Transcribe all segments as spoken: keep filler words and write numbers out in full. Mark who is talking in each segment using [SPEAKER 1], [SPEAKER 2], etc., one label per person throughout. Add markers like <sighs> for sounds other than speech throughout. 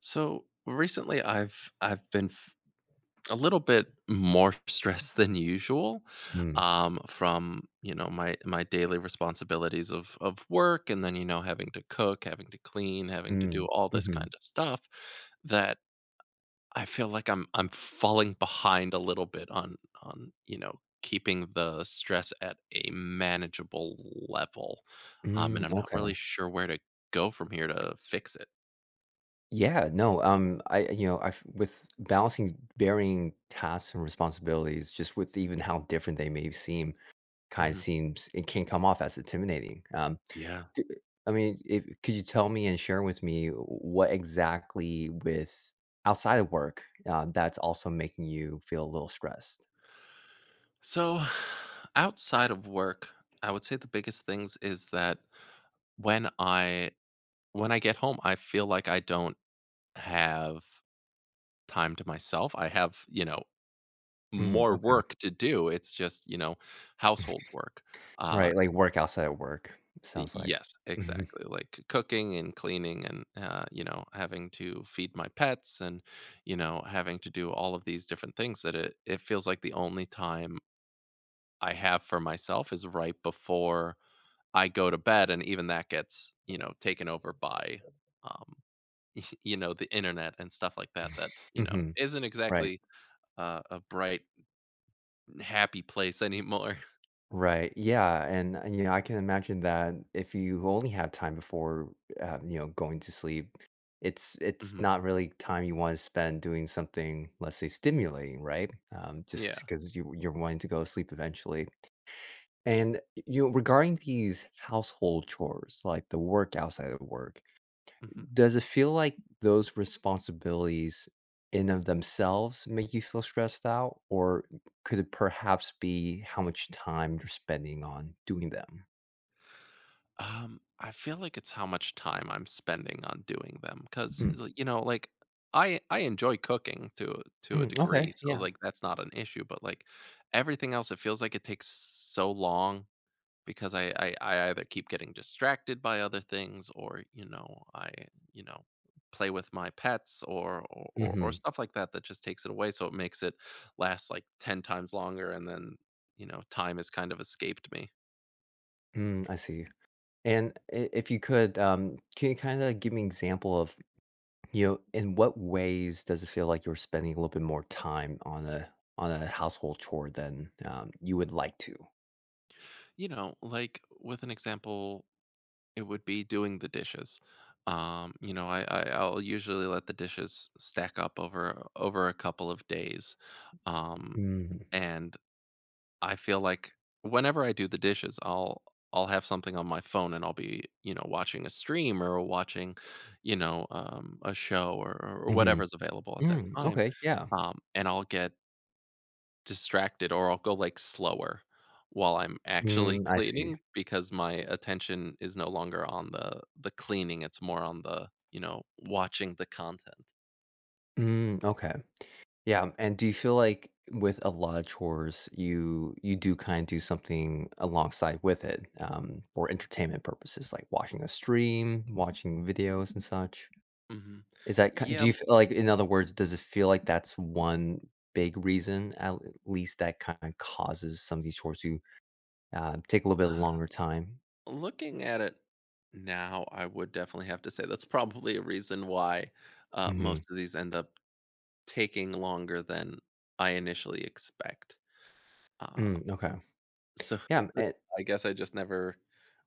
[SPEAKER 1] So recently, I've I've been f- a little bit more <laughs> stressed than usual
[SPEAKER 2] Mm,
[SPEAKER 1] um, from you know my my daily responsibilities of of work, and then you know having to cook, having to clean, having to do
[SPEAKER 2] mm,
[SPEAKER 1] all this
[SPEAKER 2] mhm,
[SPEAKER 1] kind of stuff. That I feel like I'm I'm falling behind a little bit on on you know keeping the stress at a manageable level, um,
[SPEAKER 2] mm,
[SPEAKER 1] and I'm not really
[SPEAKER 2] okay.
[SPEAKER 1] sure where to go from here to fix it.
[SPEAKER 2] Yeah, no, um, I you know, I with balancing varying tasks and responsibilities, just with even how different they may seem, kind of
[SPEAKER 1] Mhm.
[SPEAKER 2] seems it can come off as intimidating. Um,
[SPEAKER 1] Yeah.
[SPEAKER 2] d- I mean, if could you tell me and share with me what exactly with outside of work, uh, that's also making you feel a little stressed?
[SPEAKER 1] So, <sighs> outside of work, I would say the biggest things is that when I when I get home, I feel like I don't have time to myself. I have, you know,
[SPEAKER 2] Mm,
[SPEAKER 1] more
[SPEAKER 2] okay.
[SPEAKER 1] work to do. It's just, you know, household work. Uh
[SPEAKER 2] Right, like work outside of work,
[SPEAKER 1] y-
[SPEAKER 2] sounds like. <laughs>
[SPEAKER 1] yes,
[SPEAKER 2] Mhm,
[SPEAKER 1] exactly. Like cooking and cleaning and uh, you know, having to feed my pets and you know, having to do all of these different things that it it feels like the only time I have for myself is right before I go to bed and even that gets, you know, taken over by, um, you know, the internet and stuff like that that, you know,
[SPEAKER 2] mhm,
[SPEAKER 1] isn't
[SPEAKER 2] right.
[SPEAKER 1] exactly, uh, a bright, happy place anymore. <laughs>
[SPEAKER 2] Right. Yeah. And, and you know, I can imagine that if you only have time before, um, you know, going to sleep, it's it's
[SPEAKER 1] Mhm.
[SPEAKER 2] not really time you want to spend doing something, let's say, stimulating, right? Um, just
[SPEAKER 1] Yeah.
[SPEAKER 2] because you you're wanting to go to sleep eventually. And you know, regarding these household chores, like the work outside of work,
[SPEAKER 1] Mhm.
[SPEAKER 2] does it feel like those responsibilities in of themselves make you feel stressed out, or could it perhaps be how much time you're spending on doing them?
[SPEAKER 1] Um, I feel like it's how much time I'm spending on doing them, because
[SPEAKER 2] Mm,
[SPEAKER 1] you know, like, I I enjoy cooking to to a
[SPEAKER 2] mm,
[SPEAKER 1] degree,
[SPEAKER 2] okay,
[SPEAKER 1] so,
[SPEAKER 2] yeah.
[SPEAKER 1] like, that's not an issue, but, like, everything else, it feels like it takes so long because I, I I either keep getting distracted by other things or you know I you know play with my pets or or or or
[SPEAKER 2] Mhm,
[SPEAKER 1] stuff like that that just takes it away so it makes it last like ten times longer and then you know time has kind of escaped me.
[SPEAKER 2] mm, I see. And I if you could, um, can you kinda give me an example of, you know, in what ways does it feel like you're spending a little bit more time on a on a household chore than, um, you would like to?
[SPEAKER 1] You know like with an example, it would be doing the dishes. um you know I, I I'll usually let the dishes stack up over over a couple of days. Um
[SPEAKER 2] Mm-hmm.
[SPEAKER 1] and I feel like whenever I do the dishes, I'll I'll have something on my phone and I'll be, you know, watching a stream or watching, you know, um, a show or, or
[SPEAKER 2] Mm, mhm.
[SPEAKER 1] whatever's available at that
[SPEAKER 2] Mm,
[SPEAKER 1] time.
[SPEAKER 2] okay, yeah.
[SPEAKER 1] Um, and I'll get distracted or I'll go like slower while I'm actually
[SPEAKER 2] Mm,
[SPEAKER 1] <laughs>
[SPEAKER 2] I see.
[SPEAKER 1] cleaning because my attention is no longer on the the cleaning. It's more on the, you know, watching the content.
[SPEAKER 2] Mm, okay. Yeah, and do you feel like with a lot of chores, you you do kind of do something alongside with it, um, for entertainment purposes, like watching a stream, watching videos and such?
[SPEAKER 1] Hmm.
[SPEAKER 2] Is that ki do
[SPEAKER 1] Yeah.
[SPEAKER 2] you feel like in other words, does it feel like that's one big reason, at least that kinda causes some of these chores to, uh, take a little bit longer time?
[SPEAKER 1] Looking at it now, I would definitely have to say that's probably a reason why, uh,
[SPEAKER 2] Mhm.
[SPEAKER 1] most of these end up taking longer than I initially expect. Um,
[SPEAKER 2] Mm, okay.
[SPEAKER 1] so
[SPEAKER 2] Yeah,
[SPEAKER 1] <laughs> I guess I just never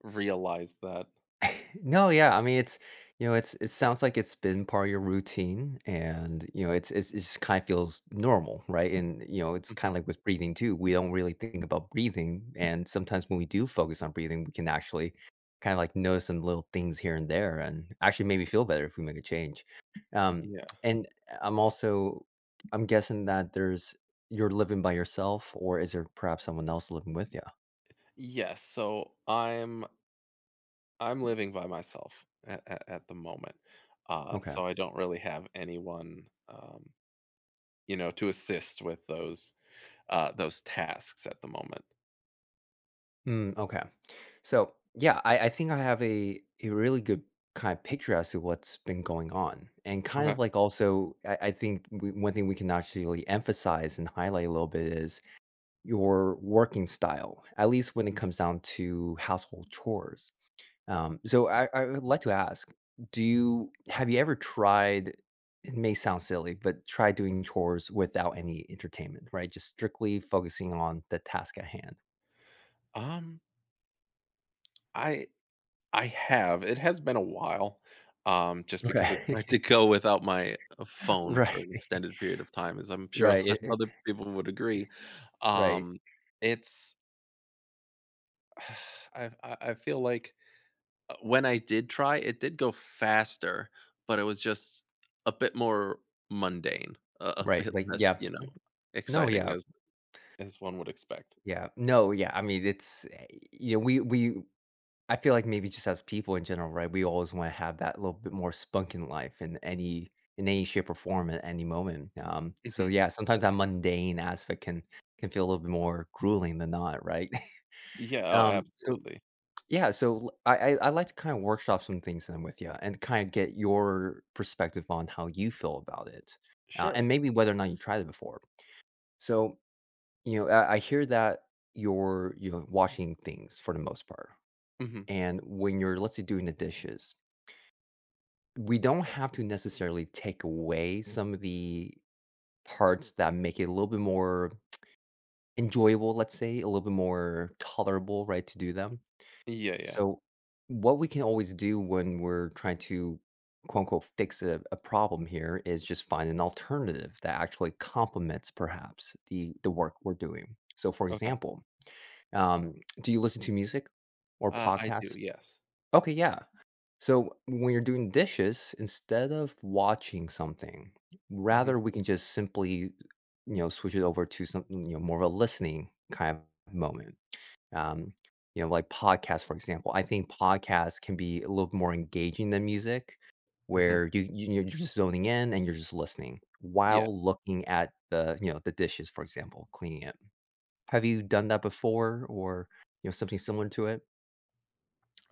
[SPEAKER 1] realized that.
[SPEAKER 2] <laughs> no, yeah, I mean, it's you know, it's it sounds like it's been part of your routine and, you know, it's it's it just kind of feels normal, right? And, you know, it's kind
[SPEAKER 1] Mhm.
[SPEAKER 2] of like with breathing too. We don't really think about breathing, and sometimes when we do focus on breathing, we can actually kind of like notice some little things here and there and actually maybe feel better if we make a change. Um,
[SPEAKER 1] Yeah.
[SPEAKER 2] and I'm also I'm guessing that there's you're living by yourself or is there perhaps someone else living with you?
[SPEAKER 1] Yes. So I'm I'm living by myself at, at, at the moment, uh,
[SPEAKER 2] Okay.
[SPEAKER 1] so I don't really have anyone, um, you know, to assist with those uh, those tasks at the moment.
[SPEAKER 2] Mm, okay. So yeah, I, I think I have a a really good kind of picture as to what's been going on, and kind of
[SPEAKER 1] Okay.
[SPEAKER 2] like also I, I think we, one thing we can actually emphasize and highlight a little bit is your working style, at least when it
[SPEAKER 1] Mm.
[SPEAKER 2] comes down to household chores. Um, so I, I would like to ask, do you have you ever tried? It may sound silly, but try doing chores without any entertainment, right? Just strictly focusing on the task at hand.
[SPEAKER 1] Um, I I have. It has been a while, um, just because it's
[SPEAKER 2] Okay.
[SPEAKER 1] hard to go without my uh,
[SPEAKER 2] <laughs>
[SPEAKER 1] phone for
[SPEAKER 2] Right.
[SPEAKER 1] an extended period of time, as I'm sure a lot of
[SPEAKER 2] Right.
[SPEAKER 1] other people would agree.
[SPEAKER 2] Right,
[SPEAKER 1] Um, it's <sighs> I I I feel like uh, when I did try, it did go faster, but it was just a bit more mundane, a, a
[SPEAKER 2] right,
[SPEAKER 1] bit
[SPEAKER 2] like,
[SPEAKER 1] less,
[SPEAKER 2] yeah.
[SPEAKER 1] you know,
[SPEAKER 2] No,
[SPEAKER 1] exciting
[SPEAKER 2] yeah,
[SPEAKER 1] as as one would expect.
[SPEAKER 2] yeah. No, yeah, I mean, it's, eh, you know, we we I feel like maybe just as people in general, right, we always wanna have that little bit more spunk in life in any in any shape or form at any moment, um, so,
[SPEAKER 1] Hmm.
[SPEAKER 2] yeah, sometimes that mundane aspect can can feel a little bit more grueling than not, right? <laughs>
[SPEAKER 1] Yeah. Oh,
[SPEAKER 2] Um, so,
[SPEAKER 1] absolutely.
[SPEAKER 2] yeah, so l I I I like to kinda workshop some things then with you and kinda get your perspective on how you feel about it, uh, and
[SPEAKER 1] Sure.
[SPEAKER 2] maybe whether or not you tried it before. So you know, I, I hear that you're you know washing things for the most part,
[SPEAKER 1] Hmm.
[SPEAKER 2] and when you're let's say doing the dishes, we don't have to necessarily take away some of the parts that make it a little bit more enjoyable. Let's say a little bit more tolerable, right? To do them.
[SPEAKER 1] Yeah. Yeah.
[SPEAKER 2] So, what we can always do when we're trying to quote unquote fix a, a problem here is just find an alternative that actually complements perhaps the the work we're doing. So, for
[SPEAKER 1] Okay.
[SPEAKER 2] example um, do you listen to music or
[SPEAKER 1] Uh, I do.
[SPEAKER 2] podcasts?
[SPEAKER 1] Yes.
[SPEAKER 2] Okay, yeah. So when you're doing dishes, instead of watching something,
[SPEAKER 1] Hmm.
[SPEAKER 2] rather we can just simply, you know, switch it over to something, you know, more of a listening kind of moment. Um, you know, like podcasts, for example. I think podcasts can be a little more engaging than music,
[SPEAKER 1] Hmm.
[SPEAKER 2] where you, you you're just zoning in and you're just listening
[SPEAKER 1] Yeah.
[SPEAKER 2] while looking at the, you know, the dishes, for example, cleaning it. Have you done that before or, you know, something similar to it?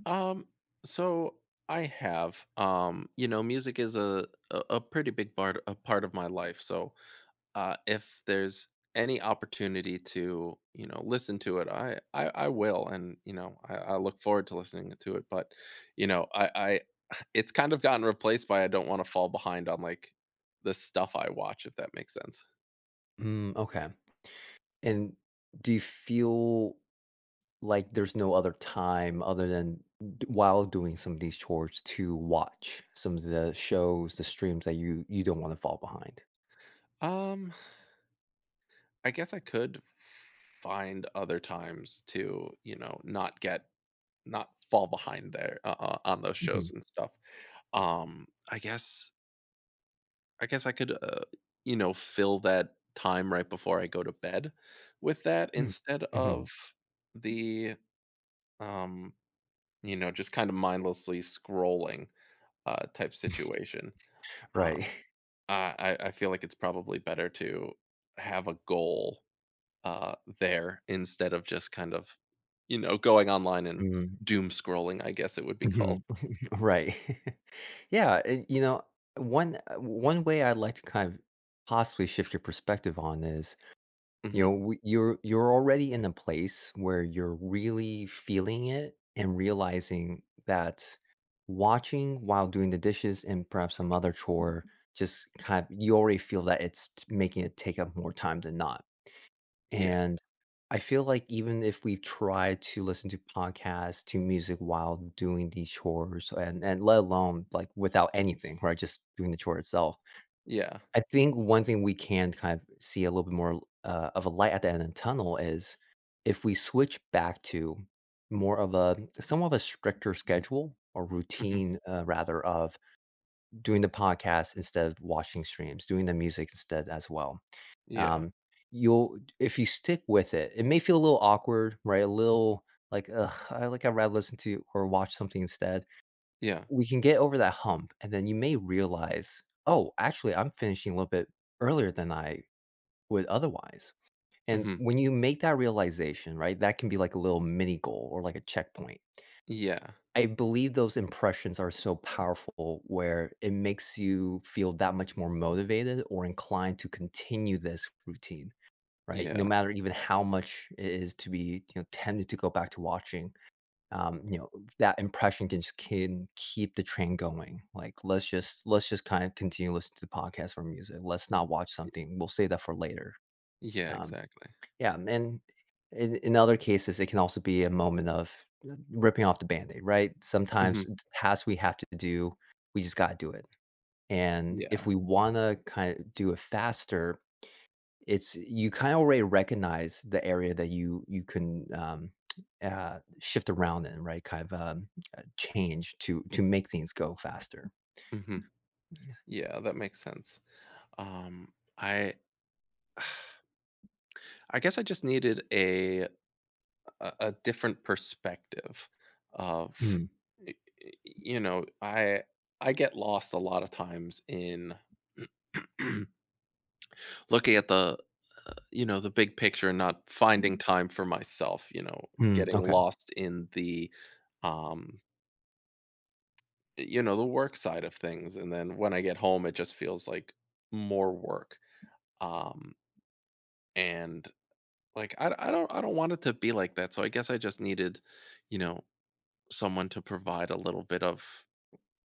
[SPEAKER 1] Um. So I have. Um. You know, music is a a, a pretty big part a part of my life. So, Uh, if there's any opportunity to, you know, listen to it, I I, I will, and you know, I, I look forward to listening to it. But you know, I I <sighs> <laughs> it's kind of gotten replaced by I don't want to fall behind on like the stuff I watch, if that makes sense.
[SPEAKER 2] Mm, okay. And do you feel like there's no other time other than d- while doing some of these chores to watch some of the shows, the streams that you you don't want to fall behind?
[SPEAKER 1] Um, I guess I could find other times to, you know, not get not fall behind there uh, uh, on those
[SPEAKER 2] Mhm,
[SPEAKER 1] shows and stuff. Um, I guess I guess I could, uh, you know, fill that time right before I go to bed with that
[SPEAKER 2] mm,
[SPEAKER 1] instead
[SPEAKER 2] mhm,
[SPEAKER 1] of the, um, you know, just kind of mindlessly scrolling uh, type situation. Um,
[SPEAKER 2] right. <laughs>
[SPEAKER 1] I I I feel like it's probably better to have a goal uh, there instead of just kind of, you know, going online and
[SPEAKER 2] Mm,
[SPEAKER 1] doom scrolling, I guess it would be called.
[SPEAKER 2] mhm, <laughs> right. <laughs> Yeah, and, you know, one uh, one way I'd like to kind of possibly shift your perspective on is you know,
[SPEAKER 1] Mhm.
[SPEAKER 2] we you're you're already in a place where you're really feeling it and realizing that watching while doing the dishes and perhaps some other chore just kind of you already feel that it's t- making it take up more time than not.
[SPEAKER 1] Yeah.
[SPEAKER 2] And I feel like even if we try to listen to podcasts, to music while doing these chores and and let alone like without anything, right? Just doing the chore itself
[SPEAKER 1] Yeah.
[SPEAKER 2] I think one thing we can kind of see a little bit more uh, of a light at the end of the tunnel is if we switch back to more of a somewhat of a stricter schedule or
[SPEAKER 1] Mhm.
[SPEAKER 2] routine, uh, rather, of doing the podcast instead of watching streams, doing the music instead as well.
[SPEAKER 1] Yeah.
[SPEAKER 2] Um, you'll if you stick with it, it may feel a little awkward, right? A little like, ugh, I like I'd rather listen to or watch something instead
[SPEAKER 1] Yeah.
[SPEAKER 2] we can get over that hump, and then you may realize, "Oh, actually, I'm finishing a little bit earlier than I would otherwise." And
[SPEAKER 1] Mhm.
[SPEAKER 2] when you make that realization, right, that can be like a little mini goal or like a checkpoint.
[SPEAKER 1] Yeah.
[SPEAKER 2] I believe those impressions are so powerful where it makes you feel that much more motivated or inclined to continue this routine, right?
[SPEAKER 1] Yeah.
[SPEAKER 2] No matter even how much it is to be, you know, tempted to go back to watching um, you know, that impression can just can keep the train going. Like, let's just let's just kind of continue listening to the podcast or music. Let's not watch something. We'll save that for later.
[SPEAKER 1] Yeah,
[SPEAKER 2] Um,
[SPEAKER 1] exactly.
[SPEAKER 2] yeah, and in, in other cases, it can also be a moment of ripping off the band-aid, right? Sometimes
[SPEAKER 1] Mhm.
[SPEAKER 2] the tasks we have to do, we just gotta do it. And if
[SPEAKER 1] Yeah.
[SPEAKER 2] we wanna kind of do it faster, it's you kinda already recognize the area that you you can, um, uh, shift around in, right, kind of, um, uh, change to to make things go faster.
[SPEAKER 1] Mhm.
[SPEAKER 2] Yeah.
[SPEAKER 1] Yeah, that makes sense. Um, I <sighs> I guess I just needed a a a different perspective of.
[SPEAKER 2] Mm.
[SPEAKER 1] Y y You know, I I get lost a lot of times in <clears throat> looking at the. You know, the big picture and not finding time for myself, you know,
[SPEAKER 2] Mm,
[SPEAKER 1] getting
[SPEAKER 2] okay.
[SPEAKER 1] lost in the, um, you know, the work side of things. And then when I get home, it just feels like more work. Um, and like, I, I don't, I don't want it to be like that. So I guess I just needed, you know, someone to provide a little bit of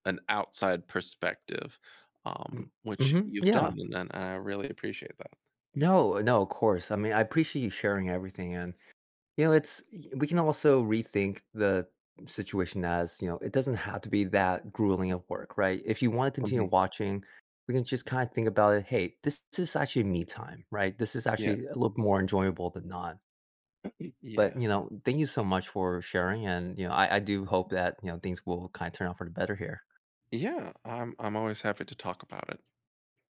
[SPEAKER 1] an outside perspective,
[SPEAKER 2] Mm.
[SPEAKER 1] um, which
[SPEAKER 2] Mhm,
[SPEAKER 1] you've
[SPEAKER 2] yeah.
[SPEAKER 1] done. And, and I really appreciate that.
[SPEAKER 2] No, no, of course. I mean, I appreciate you sharing everything and you know, it's we can also rethink the situation as, you know, it doesn't have to be that grueling of work, right? If you wanna continue
[SPEAKER 1] Mhm.
[SPEAKER 2] watching, we can just kinda think about it, "Hey, this is actually me time," right? This is
[SPEAKER 1] Yeah.
[SPEAKER 2] actually a little more enjoyable than not. But,
[SPEAKER 1] Yeah.
[SPEAKER 2] you know, thank you so much for sharing, and, you know, I I do hope that, you know, things will kinda turn out for the better here.
[SPEAKER 1] Yeah. I'm, I'm always happy to talk about it.